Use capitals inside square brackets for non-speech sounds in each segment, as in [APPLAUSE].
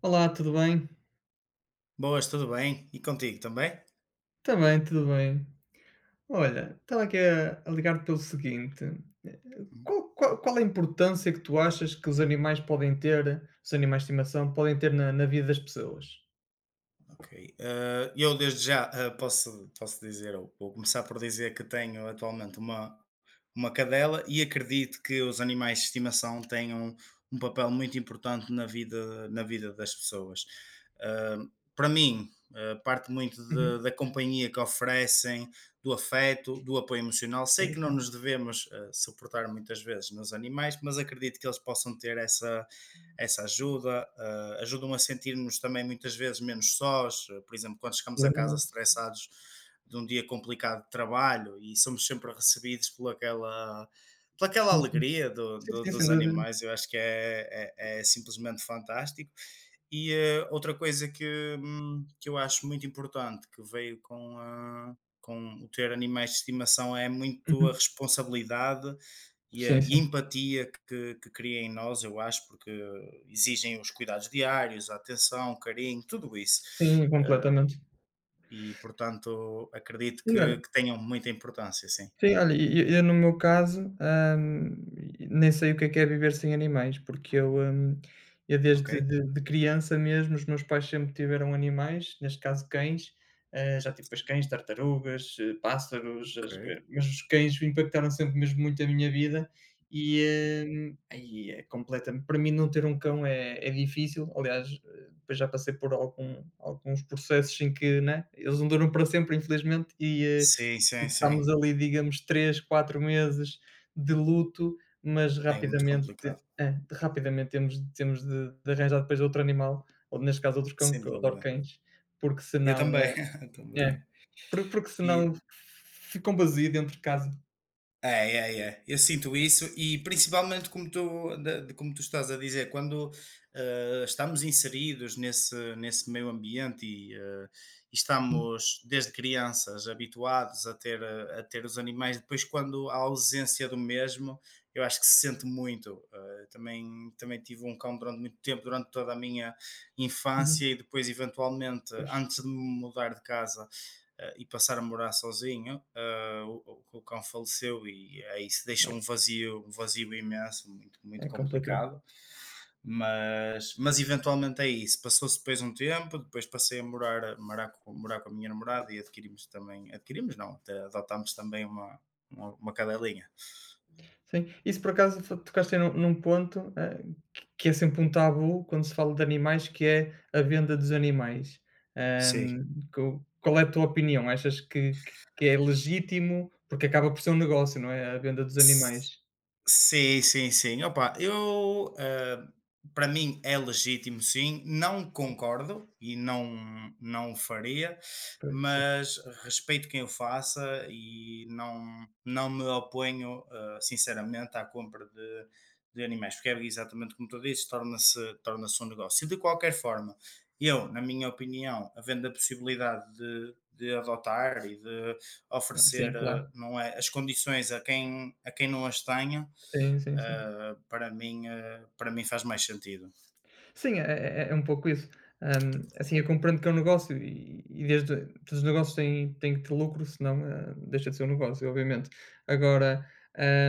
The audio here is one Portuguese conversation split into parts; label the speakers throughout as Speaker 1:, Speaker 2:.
Speaker 1: Olá, tudo bem?
Speaker 2: Boas, tudo bem? E contigo também?
Speaker 1: Também, tudo bem. Olha, estava aqui a ligar-te pelo seguinte: eh, qual a importância que tu achas que os animais podem ter, os animais de estimação, podem ter na vida das pessoas?
Speaker 2: Ok. Eu desde já posso, dizer, ou vou começar por dizer que tenho atualmente uma cadela e acredito que os animais de estimação tenham um papel muito importante na vida das pessoas. Eh, Para mim, parte muito
Speaker 1: Uhum.
Speaker 2: da companhia que oferecem, do afeto, do apoio emocional. Sei
Speaker 1: Sim,
Speaker 2: que não
Speaker 1: sim,
Speaker 2: nos devemos suportar muitas vezes nos animais, mas acredito que eles possam ter essa essa ajuda, ajudam a sentir-nos também muitas vezes menos sós, por exemplo, quando chegamos a casa
Speaker 1: plenamente.
Speaker 2: estressados de um dia complicado de trabalho e somos sempre recebidos por aquela
Speaker 1: Sim, sim.
Speaker 2: alegria
Speaker 1: Sim, sim, sem
Speaker 2: dos
Speaker 1: dúvida.
Speaker 2: animais, eu acho que é, é simplesmente fantástico. E outra coisa que eu acho muito importante que veio com, com o ter animais de estimação é muito a
Speaker 1: Uhum.
Speaker 2: responsabilidade
Speaker 1: Sim,
Speaker 2: e a
Speaker 1: sim.
Speaker 2: empatia que cria em nós, eu acho, porque exigem os cuidados diários, a atenção, o carinho, tudo isso.
Speaker 1: Sim, completamente.
Speaker 2: E, portanto, acredito
Speaker 1: Sim, olha.
Speaker 2: que tenham muita importância, sim.
Speaker 1: Sim, olha, e eu no meu caso, nem sei o que é viver sem animais, porque eu
Speaker 2: Ok?
Speaker 1: desde de criança mesmo. Os meus pais sempre tiveram animais, neste caso cães. Já tive depois cães, tartarugas, pássaros,
Speaker 2: Ok.
Speaker 1: mas os cães impactaram sempre mesmo muito a minha vida, e aí é completa. Para mim, não ter um cão é difícil. Aliás, depois já passei por alguns processos em que, né, eles não duram para sempre, infelizmente, e
Speaker 2: Sim,
Speaker 1: e
Speaker 2: sim,
Speaker 1: estamos
Speaker 2: sim.
Speaker 1: ali, digamos, 3 4 meses de luto, mas
Speaker 2: É muito complicado,
Speaker 1: rapidamente temos de arranjar depois outro animal, ou neste caso outro cão,
Speaker 2: sem
Speaker 1: que eu adoro
Speaker 2: dúvida.
Speaker 1: cães, porque
Speaker 2: Eu
Speaker 1: senão,
Speaker 2: também, [LAUGHS] eu
Speaker 1: é,
Speaker 2: também.
Speaker 1: porque senão
Speaker 2: E,
Speaker 1: ficam vazio dentro de casa.
Speaker 2: é, é, é. Eu sinto isso e principalmente como tu, de como tu estás a dizer, quando estamos inseridos nesse, nesse meio ambiente e, e estamos desde crianças habituados a ter, a ter os animais, depois quando há ausência do mesmo, eu acho que se sente muito. Também, também tive um cão durante muito tempo, durante toda a minha
Speaker 1: Uhum,
Speaker 2: infância e depois eventualmente,
Speaker 1: pois,
Speaker 2: antes de me mudar de casa e passar a morar sozinho, o cão faleceu e aí se deixa um vazio imenso, muito, muito
Speaker 1: é complicado.
Speaker 2: complicado, mas eventualmente é isso. Passou-se depois um tempo, depois passei a morar, morar com a minha namorada e adquirimos também, adquirimos não, até adotámos também uma cadelinha.
Speaker 1: Sim. Isso por acaso fo tocaste aí num ponto, que é sempre um tabu quando se fala de animais, que é a venda dos animais.
Speaker 2: Sim.
Speaker 1: Hum, co qual é a tua opinião? Achas que é legítimo? Porque acaba por ser um negócio, não é? A venda dos animais.
Speaker 2: Sim, sim, sim. Opa, eu, para mim é legítimo, sim. Não concordo e não, não o faria,
Speaker 1: Pois, sim.
Speaker 2: mas respeito quem o faça e não, não me oponho, sinceramente, à compra de animais, porque é exatamente como tu dizes, torna-se torna um negócio. E de qualquer forma, eu, na minha opinião, havendo a possibilidade de adotar e de
Speaker 1: Sim,
Speaker 2: oferecer,
Speaker 1: claro.
Speaker 2: não é, as condições a quem não as tenha
Speaker 1: Sim, sim, sim.
Speaker 2: para mim, para mim faz mais sentido.
Speaker 1: Sim, é um pouco isso. Assim, eu compreendo que é um negócio, e desde todos os negócios têm que ter lucro, senão, deixa de ser um negócio, obviamente. Agora,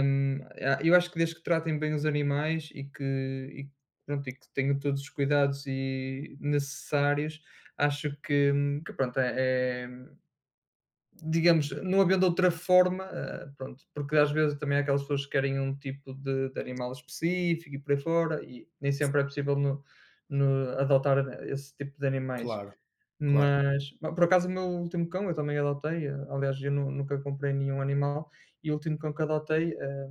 Speaker 1: a eu acho que, desde que tratem bem os animais e que, e pronto, e que tenham todos os cuidados e necessários, acho que, que pronto, é digamos, não havendo outra forma, pronto, porque às vezes também há aquelas pessoas que querem um tipo de animal específico e por aí fora, e nem sempre é possível adotar esse tipo de animais.
Speaker 2: Claro, claro.
Speaker 1: Mas, por acaso, o meu último cão eu também adotei. Aliás, eu nunca comprei nenhum animal, e o último cão que adotei,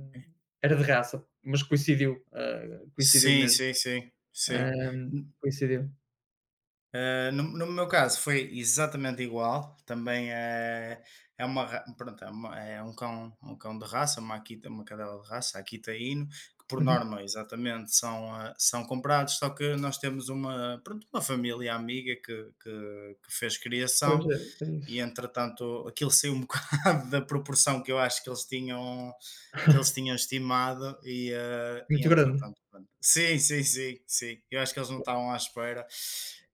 Speaker 1: era de raça, mas coincidiu, coincidiu
Speaker 2: Sim,
Speaker 1: mesmo.
Speaker 2: sim, sim, sim.
Speaker 1: eh,
Speaker 2: N-
Speaker 1: Coincidiu.
Speaker 2: no, no meu caso foi exatamente igual. Também é, é uma, pronto, é, é um cão de raça, uma Akita, uma cadela de raça, Akita Inu, que por
Speaker 1: Uhum.
Speaker 2: norma exatamente são, são comprados, só que nós temos uma, pronto, uma família amiga que fez
Speaker 1: Pois
Speaker 2: criação
Speaker 1: é, é
Speaker 2: e
Speaker 1: isso.
Speaker 2: entretanto aquilo saiu um [LAUGHS] bocado da proporção que eu acho que eles tinham estimado e, e
Speaker 1: Muito grande.
Speaker 2: entretanto pronto. Sim, sim, sim, sim. Eu acho que eles não estavam à espera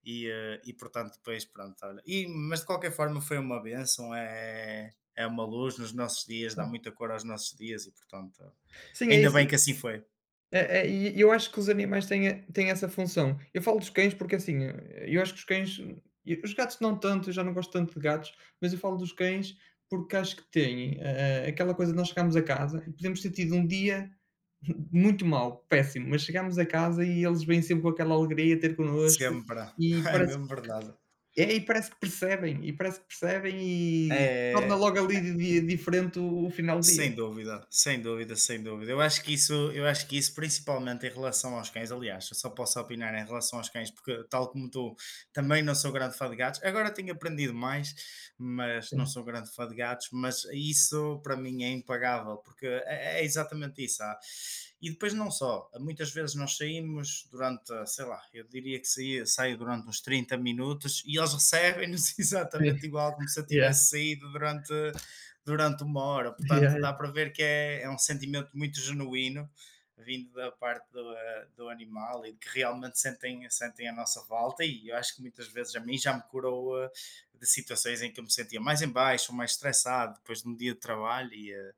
Speaker 2: e, e portanto depois pronto, olha. E, mas de qualquer forma foi uma benção, é, é uma luz nos nossos dias, dá
Speaker 1: Sim,
Speaker 2: muita cor aos nossos dias e portanto
Speaker 1: sim, é
Speaker 2: ainda
Speaker 1: isso.
Speaker 2: bem que assim foi.
Speaker 1: E eu acho que os animais têm e têm essa função. Eu falo dos cães porque, assim, eu acho que os cães e os gatos não tanto. Eu já não gosto tanto de gatos, mas eu falo dos cães porque acho que têm, aquela coisa de nós chegarmos a casa e podemos ter tido um dia [LAUGHS] muito mau, péssimo, mas chegamos a casa e eles vêm sempre com aquela alegria ter connosco,
Speaker 2: Sempre.
Speaker 1: e
Speaker 2: [LAUGHS] É
Speaker 1: parece
Speaker 2: mesmo verdade.
Speaker 1: e parece que percebem,
Speaker 2: É,
Speaker 1: e torna
Speaker 2: é,
Speaker 1: logo ali di di diferente o final do
Speaker 2: sem
Speaker 1: dia.
Speaker 2: dúvida, sem dúvida, sem dúvida. Eu acho que isso, eu acho que isso principalmente em relação aos cães, aliás, eu só posso opinar em relação aos cães, porque tal como tu, também não sou grande fã de gatos. Agora tenho aprendido mais, mas não
Speaker 1: Sim.
Speaker 2: sou grande fã de gatos, mas isso para mim é impagável, porque é, é exatamente isso. E depois não só, muitas vezes nós saímos durante, sei lá, eu diria que saio durante uns 30 minutos e eles recebem-nos [LAUGHS]
Speaker 1: [LAUGHS] Sim.
Speaker 2: exatamente igual como se eu
Speaker 1: Yeah.
Speaker 2: tivesse saído durante durante uma hora.
Speaker 1: Yeah,
Speaker 2: Portanto, dá para ver que é, é um sentimento muito genuíno, vindo da parte do, do animal e de que realmente sentem, sentem a nossa volta. E eu acho que muitas vezes a mim já me curou de situações em que eu me sentia mais em baixo, mais estressado depois de um dia de trabalho e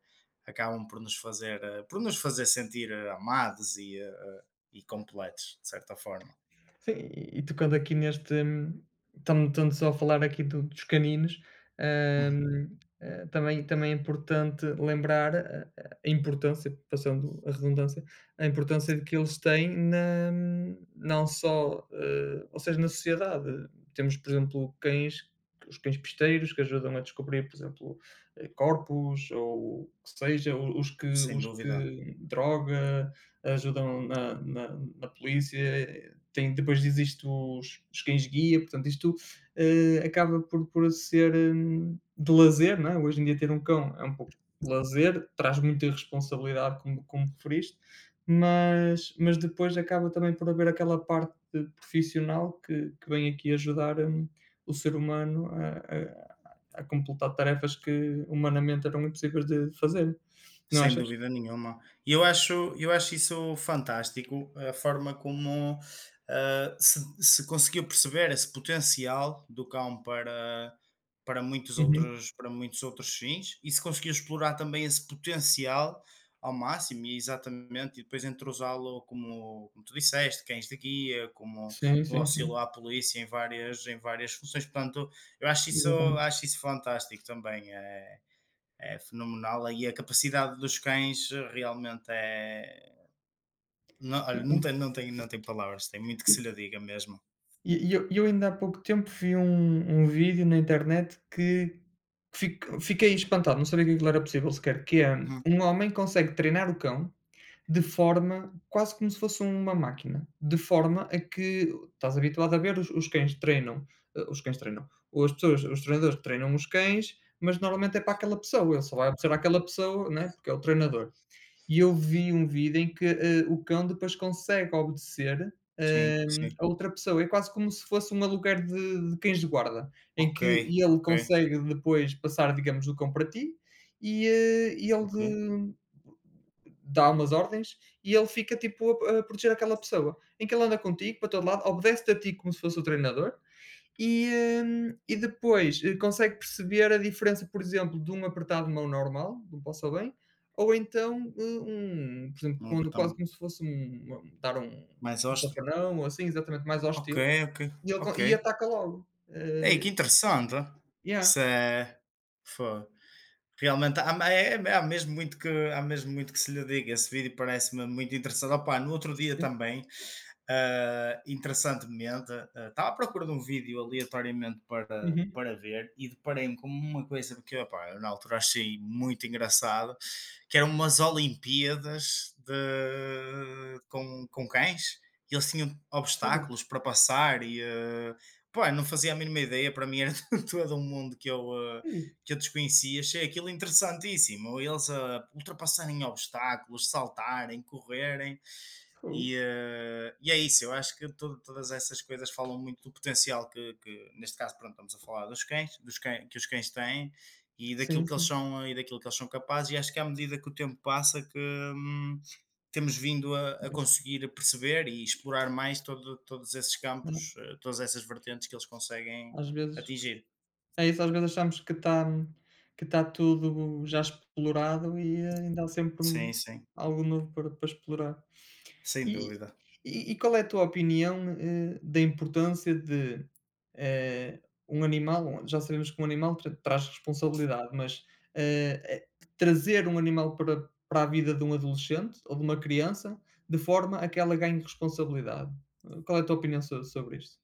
Speaker 2: acabam por nos fazer, por nos fazer sentir amados e, e completos, de certa forma.
Speaker 1: sim, e tocando aqui neste estamos só a falar aqui do dos caninos.
Speaker 2: [LAUGHS]
Speaker 1: Também é importante lembrar a importância, passando a redundância, a importância de que eles têm na, não só, ou seja, na sociedade. Temos, por exemplo, cães, os cães pisteiros que ajudam a descobrir, por exemplo, corpos ou o que seja, o
Speaker 2: Sem
Speaker 1: os
Speaker 2: dúvida.
Speaker 1: que droga, ajudam na polícia, tem. Depois existem os cães-guia. Portanto, isto, acaba por, ser, de lazer, não é? Hoje em dia ter um cão é um pouco lazer, traz muita responsabilidade, como, referiste, mas, depois acaba também por haver aquela parte profissional que, vem aqui ajudar, o ser humano a- a completar tarefas que humanamente eram impossíveis de fazer, não
Speaker 2: Sem
Speaker 1: achas?
Speaker 2: dúvida nenhuma. E eu acho isso fantástico, a forma como, se se conseguiu perceber esse potencial do cão para
Speaker 1: Uhum.
Speaker 2: para muitos outros fins, e se conseguiu explorar também esse potencial ao máximo e é exatamente, e depois entrosá-lo como como tu disseste, cães de guia, como
Speaker 1: Sim,
Speaker 2: no
Speaker 1: sim,
Speaker 2: auxílio
Speaker 1: sim.
Speaker 2: à polícia em várias funções, portanto, eu
Speaker 1: Exatamente.
Speaker 2: acho isso fantástico também, é fenomenal e a capacidade dos cães realmente é. Não, olha, não
Speaker 1: Sim,
Speaker 2: tem, não, tem, não tem palavras, tem muito que se lhe
Speaker 1: é.
Speaker 2: diga mesmo.
Speaker 1: E eu ainda há pouco tempo vi um vídeo na internet, que fiquei espantado. Não sabia que aquilo era possível sequer, que é,
Speaker 2: Uhum.
Speaker 1: um homem consegue treinar o cão de forma quase como se fosse uma máquina, de forma a que estás habituado a ver os cães treinam, os cães treinam, ou as pessoas, os treinadores que treinam os cães, mas normalmente é para aquela pessoa, ele só vai obedecer àquela pessoa, né, porque é o treinador. E eu vi um vídeo em que, o cão depois consegue obedecer,
Speaker 2: Sim, sim.
Speaker 1: a outra pessoa. É quase como se fosse um aluguer de cães de guarda, em
Speaker 2: Ok,
Speaker 1: que ele
Speaker 2: ok,
Speaker 1: consegue depois passar, digamos, o cão para ti, e ele
Speaker 2: ok.
Speaker 1: dá umas ordens e ele fica tipo a proteger aquela pessoa, em que ele anda contigo para todo lado, obedece-te a ti como se fosse o treinador, e, e depois, consegue perceber a diferença, por exemplo, de um apertado de mão normal, de um passo ao bem, ou então, um, por exemplo,
Speaker 2: Não
Speaker 1: quando, quase
Speaker 2: apertamos.
Speaker 1: como se fosse um, dar um
Speaker 2: Mais hosta.
Speaker 1: safanão ou assim, exatamente mais
Speaker 2: Ok,
Speaker 1: hostil,
Speaker 2: ok,
Speaker 1: e ele
Speaker 2: ok.
Speaker 1: e ataca logo.
Speaker 2: Ei, que interessante.
Speaker 1: Yeah,
Speaker 2: Isso é. Foi. Realmente há, há mesmo muito que, há mesmo muito que se lhe diga. Esse vídeo parece-me muito interessante. Opa, no outro dia
Speaker 1: sim.
Speaker 2: também interessantemente, estava à procura de um vídeo aleatoriamente para,
Speaker 1: Uhum.
Speaker 2: para ver e deparei-me com uma coisa que opá, eu na altura achei muito engraçado, que eram umas Olimpíadas de, com cães e eles tinham
Speaker 1: Sério?
Speaker 2: obstáculos para passar e pá, não fazia a mínima ideia, para mim era [LAUGHS] todo um mundo
Speaker 1: Ei,
Speaker 2: que eu desconhecia, achei aquilo interessantíssimo, eles a ultrapassarem obstáculos, saltarem, correrem
Speaker 1: fogo.
Speaker 2: e e é isso, eu acho que todas essas coisas falam muito do potencial que, neste caso, pronto, estamos a falar dos cães, que os cães têm e
Speaker 1: Sim,
Speaker 2: daquilo que eles
Speaker 1: sim.
Speaker 2: são e daquilo que eles são capazes, e acho que à medida que o tempo passa que temos vindo a
Speaker 1: É isso.
Speaker 2: conseguir perceber e explorar mais todos esses
Speaker 1: É,
Speaker 2: campos, todas essas vertentes que eles conseguem
Speaker 1: Às vezes
Speaker 2: atingir.
Speaker 1: É isso, às vezes achamos que está, tudo já explorado, e ainda há sempre
Speaker 2: Sim, sim,
Speaker 1: algo novo para explorar.
Speaker 2: sem
Speaker 1: E
Speaker 2: dúvida.
Speaker 1: e qual é a tua opinião, da importância de, eh, um animal, já sabemos que um animal traz responsabilidade, mas, eh eh, trazer um animal para a vida de um adolescente ou de uma criança, de forma a que ela ganhe responsabilidade. Qual é a tua opinião sobre isto?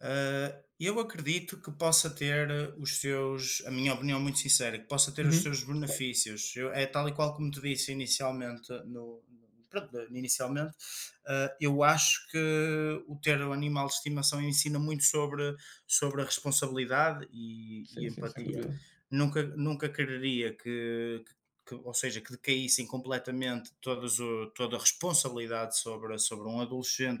Speaker 2: Eu acredito que possa ter os seus, a minha opinião muito sincera, que possa ter os
Speaker 1: Uhum.
Speaker 2: seus benefícios. É tal e qual como te disse inicialmente, no, pronto, inicialmente, eu acho que o ter o animal de estimação ensina muito sobre, sobre a responsabilidade
Speaker 1: Sim,
Speaker 2: e
Speaker 1: sim, sem
Speaker 2: empatia.
Speaker 1: dúvida.
Speaker 2: Nunca, nunca quereria que, ou seja, que decaíssem completamente todas toda a responsabilidade sobre, sobre um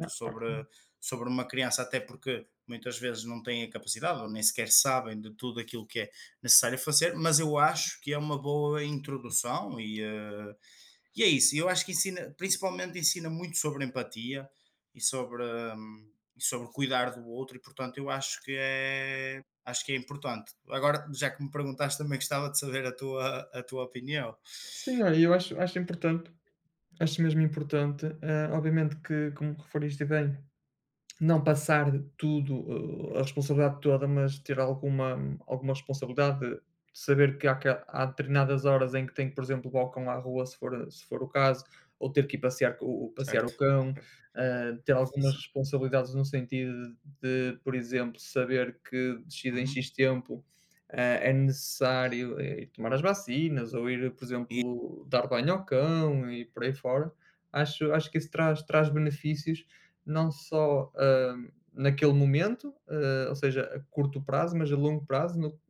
Speaker 1: Ah, claro.
Speaker 2: sobre, sobre uma criança, até porque muitas vezes não têm a capacidade ou nem sequer sabem de tudo aquilo que é necessário fazer, mas eu acho que é uma boa introdução e, e é isso. Eu acho que ensina, principalmente ensina muito sobre empatia e sobre cuidar do outro, e portanto eu acho que é importante. Agora, já que me perguntaste, também gostava de saber a tua opinião,
Speaker 1: Sim, olha, eu acho importante, acho mesmo importante. Obviamente que, como referiste bem, não passar tudo, a responsabilidade toda, mas ter alguma responsabilidade de saber que há determinadas horas em que tem que, por exemplo, levar o cão à rua, se for o caso, ou ter que ir passear co o passear o
Speaker 2: certo?
Speaker 1: cão,
Speaker 2: Certo,
Speaker 1: ter algumas
Speaker 2: sim.
Speaker 1: responsabilidades no sentido de, por exemplo, saber que de X em
Speaker 2: Uhum.
Speaker 1: X tempo, é necessário, ir tomar as vacinas ou ir, por
Speaker 2: E
Speaker 1: exemplo, dar banho ao cão e por aí fora. Acho que isso traz benefícios, não só, naquele momento, ou seja, a curto prazo, mas a longo prazo,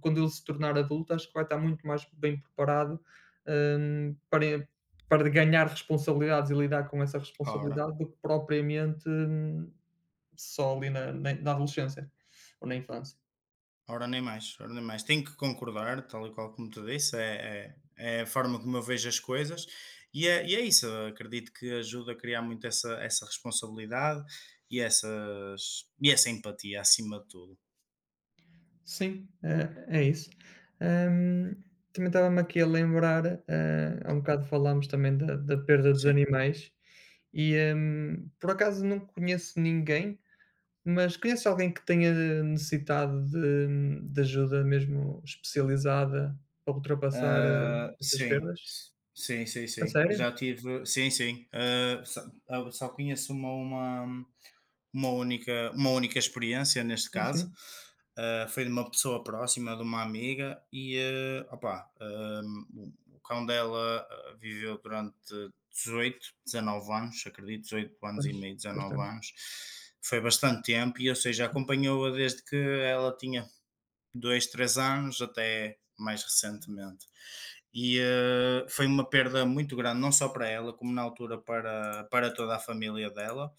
Speaker 1: quando ele se tornar adulto, acho que vai estar muito mais bem preparado, para, ganhar responsabilidades e lidar com essa
Speaker 2: ora.
Speaker 1: responsabilidade, do que propriamente, só ali na adolescência ou na infância.
Speaker 2: Ora nem mais, ora nem mais. Tenho que concordar, tal e qual como tu disse, é, é, é a forma como eu vejo as coisas e é isso. Acredito que ajuda a criar muito essa, essa responsabilidade e, essas, e essa empatia acima de tudo.
Speaker 1: Sim, é isso. Hum, também estava-me aqui a lembrar, há um bocado falámos também da perda dos
Speaker 2: Sim.
Speaker 1: animais e, por acaso, não conheço ninguém, mas conheço alguém que tenha necessitado de ajuda mesmo especializada para ultrapassar, essas
Speaker 2: Sim,
Speaker 1: perdas.
Speaker 2: sim, sim,
Speaker 1: A
Speaker 2: sim.
Speaker 1: sério?
Speaker 2: Já tive, sim, sim. Só, só conheço uma única experiência neste
Speaker 1: Sim,
Speaker 2: caso.
Speaker 1: sim,
Speaker 2: Foi de uma pessoa próxima, de uma amiga, e opá, o cão dela viveu durante 18 19 anos, acredito, 18 anos e
Speaker 1: pois,
Speaker 2: meio, 19
Speaker 1: bastante.
Speaker 2: anos. Foi bastante tempo, e ou seja, acompanhou-a desde que ela tinha 2 3 anos até mais recentemente. E foi uma perda muito grande, não só para ela, como na altura para, para toda a família dela.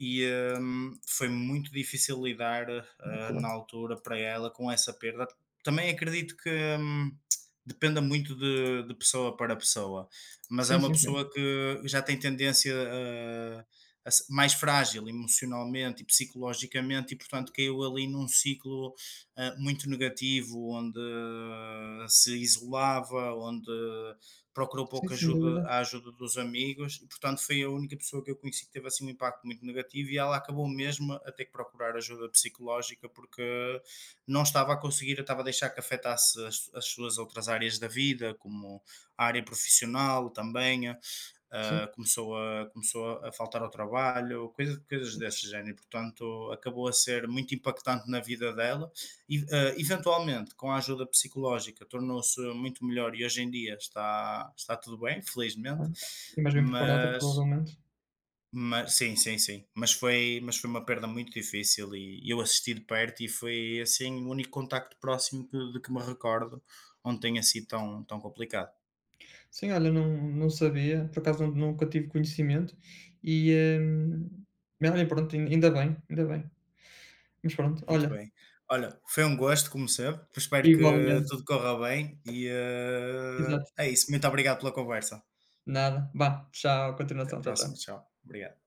Speaker 2: E foi muito difícil lidar
Speaker 1: Ah, claro.
Speaker 2: na altura para ela com essa perda. Também acredito que hum, dependa muito de pessoa para pessoa, mas é
Speaker 1: Sim,
Speaker 2: uma
Speaker 1: sim, sim.
Speaker 2: pessoa que já tem tendência a mais frágil emocionalmente e psicologicamente, e portanto caiu ali num ciclo muito negativo, onde se isolava, onde procurou
Speaker 1: Sim,
Speaker 2: pouca
Speaker 1: sem
Speaker 2: ajuda,
Speaker 1: dúvida.
Speaker 2: a ajuda dos amigos, e portanto foi a única pessoa que eu conheci que teve assim um impacto muito negativo, e ela acabou mesmo a ter que procurar ajuda psicológica porque não estava a conseguir, estava a deixar que afetasse as, as suas outras áreas da vida, como a área profissional também,
Speaker 1: Sim.
Speaker 2: começou, a, começou a faltar ao trabalho, coisa, coisas
Speaker 1: Ixe,
Speaker 2: desse género. Portanto, acabou a ser muito impactante na vida dela e, eventualmente, com a ajuda psicológica, tornou-se muito melhor e hoje em dia está, está tudo bem, felizmente.
Speaker 1: claro. E mais bem preparada,
Speaker 2: Mas,
Speaker 1: provavelmente.
Speaker 2: mas sim, sim, sim. Mas foi uma perda muito difícil e eu assisti de perto e foi assim o único contacto próximo de que me recordo onde tenha sido tão, tão complicado.
Speaker 1: Sim, olha, não sabia, por acaso, nunca tive conhecimento e, hum, bem, olha, pronto, ainda bem, ainda bem. Mas pronto,
Speaker 2: Muito
Speaker 1: olha,
Speaker 2: bem. Olha, foi um gosto, como sempre. Espero que
Speaker 1: igualmente,
Speaker 2: tudo corra bem e
Speaker 1: exato,
Speaker 2: é isso. Muito obrigado pela conversa.
Speaker 1: nada, vá, tchau,
Speaker 2: Até a
Speaker 1: continuação, tchau,
Speaker 2: próxima.
Speaker 1: tchau.
Speaker 2: Tchau. Obrigado.